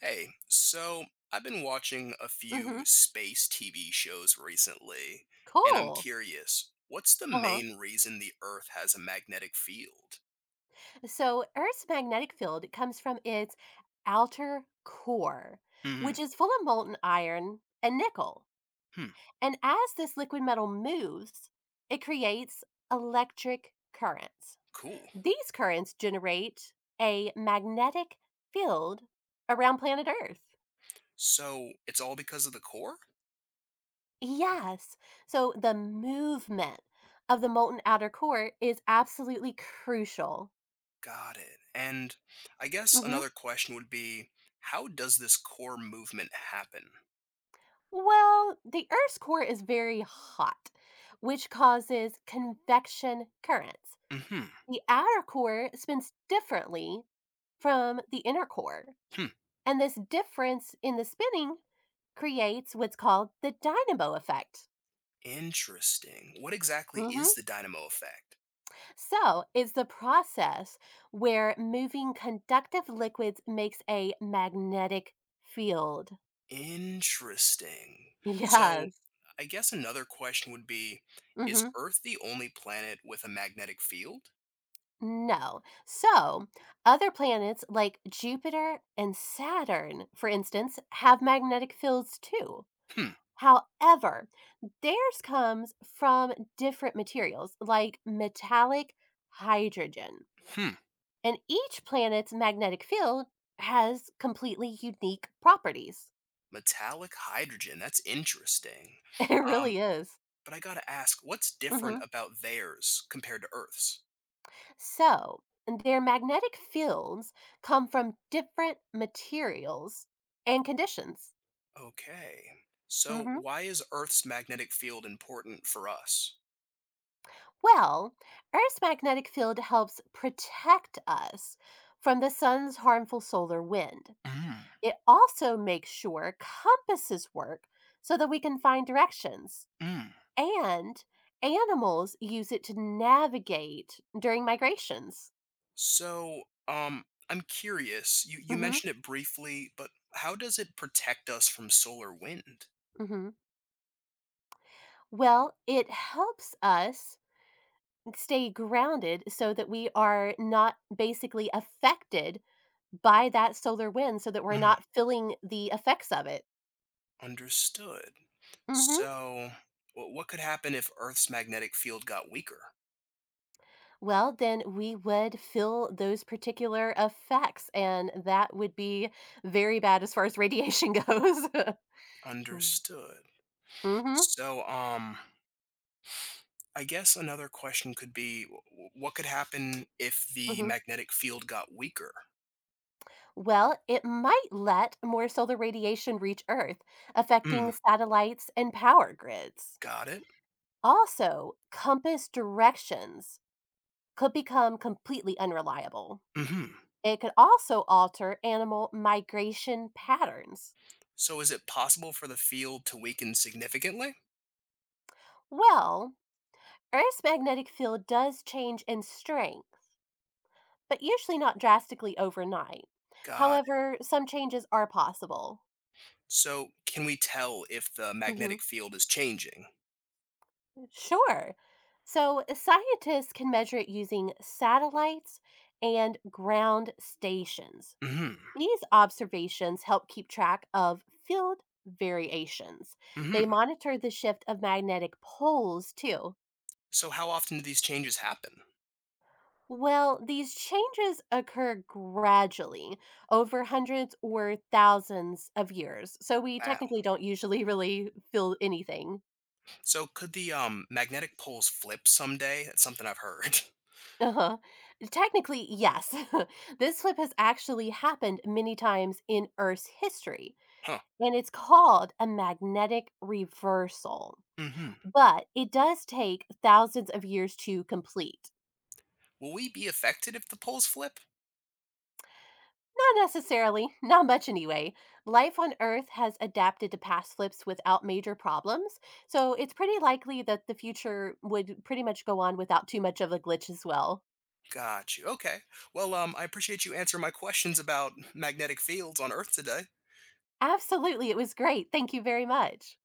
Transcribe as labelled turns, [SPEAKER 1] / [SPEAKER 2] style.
[SPEAKER 1] Hey, so I've been watching a few
[SPEAKER 2] Hmm.
[SPEAKER 1] space TV shows recently, and I'm
[SPEAKER 2] Cool.
[SPEAKER 1] curious, what's the
[SPEAKER 2] Uh-huh.
[SPEAKER 1] main reason the Earth has a magnetic field?
[SPEAKER 2] So Earth's magnetic field comes from its outer core, which
[SPEAKER 1] Hmm.
[SPEAKER 2] is full of molten iron and nickel.
[SPEAKER 1] Hmm.
[SPEAKER 2] And as this liquid metal moves, it creates electric currents.
[SPEAKER 1] Cool.
[SPEAKER 2] These currents generate a magnetic field around planet Earth.
[SPEAKER 1] So it's all because of the core?
[SPEAKER 2] Yes. So the movement of the molten outer core is absolutely crucial.
[SPEAKER 1] Got it. And I guess another question would be, how does this core movement happen?
[SPEAKER 2] Well, the Earth's core is very hot, which causes convection currents.
[SPEAKER 1] Hmm.
[SPEAKER 2] The outer core spins differently from the inner core,
[SPEAKER 1] Hmm.
[SPEAKER 2] and this difference in the spinning creates what's called the dynamo effect.
[SPEAKER 1] Interesting. What exactly
[SPEAKER 2] Mhm.
[SPEAKER 1] is the dynamo effect?
[SPEAKER 2] So, it's the process where moving conductive liquids makes a magnetic field.
[SPEAKER 1] Interesting. So,
[SPEAKER 2] Yes.
[SPEAKER 1] I guess another question would be, is
[SPEAKER 2] Mhm.
[SPEAKER 1] Earth the only planet with a magnetic field?
[SPEAKER 2] No. So, other planets like Jupiter and Saturn, for instance, have magnetic fields too.
[SPEAKER 1] Hmm.
[SPEAKER 2] However, theirs comes from different materials like metallic hydrogen.
[SPEAKER 1] Hmm.
[SPEAKER 2] And each planet's magnetic field has completely unique properties.
[SPEAKER 1] Metallic hydrogen. That's interesting.
[SPEAKER 2] It
[SPEAKER 1] Um,
[SPEAKER 2] really is.
[SPEAKER 1] but I gotta ask, what's different
[SPEAKER 2] Mhm.
[SPEAKER 1] about theirs compared to Earth's?
[SPEAKER 2] So, their magnetic fields come from different materials and conditions.
[SPEAKER 1] Okay. So,
[SPEAKER 2] Mhm.
[SPEAKER 1] why is Earth's magnetic field important for us?
[SPEAKER 2] Well, Earth's magnetic field helps protect us from the sun's harmful solar wind.
[SPEAKER 1] Mm.
[SPEAKER 2] It also makes sure compasses work so that we can find directions,
[SPEAKER 1] Mm.
[SPEAKER 2] and animals use it to navigate during migrations.
[SPEAKER 1] So, I'm curious. You
[SPEAKER 2] Hmm.
[SPEAKER 1] mentioned it briefly, but how does it protect us from solar wind?
[SPEAKER 2] Hmm. Well, it helps us stay grounded so that we are not basically affected by that solar wind, so that we're
[SPEAKER 1] Mm,
[SPEAKER 2] not feeling the effects of it.
[SPEAKER 1] understood.
[SPEAKER 2] Hmm.
[SPEAKER 1] So, what could happen if Earth's magnetic field got weaker?
[SPEAKER 2] Well, then we would feel those particular effects, and that would be very bad as far as radiation goes. Mm.
[SPEAKER 1] Understood.
[SPEAKER 2] Mhm,
[SPEAKER 1] So, I guess another question could be what could happen if the
[SPEAKER 2] mhm.
[SPEAKER 1] magnetic field got weaker?
[SPEAKER 2] Well, it might let more solar radiation reach Earth,
[SPEAKER 1] Mm,
[SPEAKER 2] affecting satellites and power grids.
[SPEAKER 1] got it.
[SPEAKER 2] Also, compass directions could become completely unreliable.
[SPEAKER 1] Hmm.
[SPEAKER 2] It could also alter animal migration patterns.
[SPEAKER 1] So, is it possible for the field to weaken significantly?
[SPEAKER 2] Well, Earth's magnetic field does change in strength but usually not drastically overnight.
[SPEAKER 1] Got it.
[SPEAKER 2] However, some changes are possible.
[SPEAKER 1] So, can we tell if the
[SPEAKER 2] Hmm.
[SPEAKER 1] magnetic field is changing?
[SPEAKER 2] Sure. So, scientists can measure it using satellites and ground stations.
[SPEAKER 1] Hmm.
[SPEAKER 2] These observations help keep track of field variations. They
[SPEAKER 1] Hmm.
[SPEAKER 2] monitor the shift of magnetic poles, too.
[SPEAKER 1] So, how often do these changes happen?
[SPEAKER 2] Well, these changes occur gradually over hundreds or thousands of years. So we
[SPEAKER 1] Wow.
[SPEAKER 2] technically don't usually really feel anything.
[SPEAKER 1] So could the magnetic poles flip someday? That's something I've heard.
[SPEAKER 2] Uh-huh. Technically, yes. This flip has actually happened many times in Earth's history,
[SPEAKER 1] Huh.
[SPEAKER 2] and it's called a magnetic reversal.
[SPEAKER 1] Mm-hmm.
[SPEAKER 2] But it does take thousands of years to complete.
[SPEAKER 1] Will we be affected if the poles flip?
[SPEAKER 2] Not necessarily, not much anyway. Life on Earth has adapted to past flips without major problems, so it's pretty likely that the future would pretty much go on without too much of a glitch as well.
[SPEAKER 1] Got you. Okay. Well, I appreciate you answering my questions about magnetic fields on Earth today.
[SPEAKER 2] Absolutely, it was great. Thank you very much.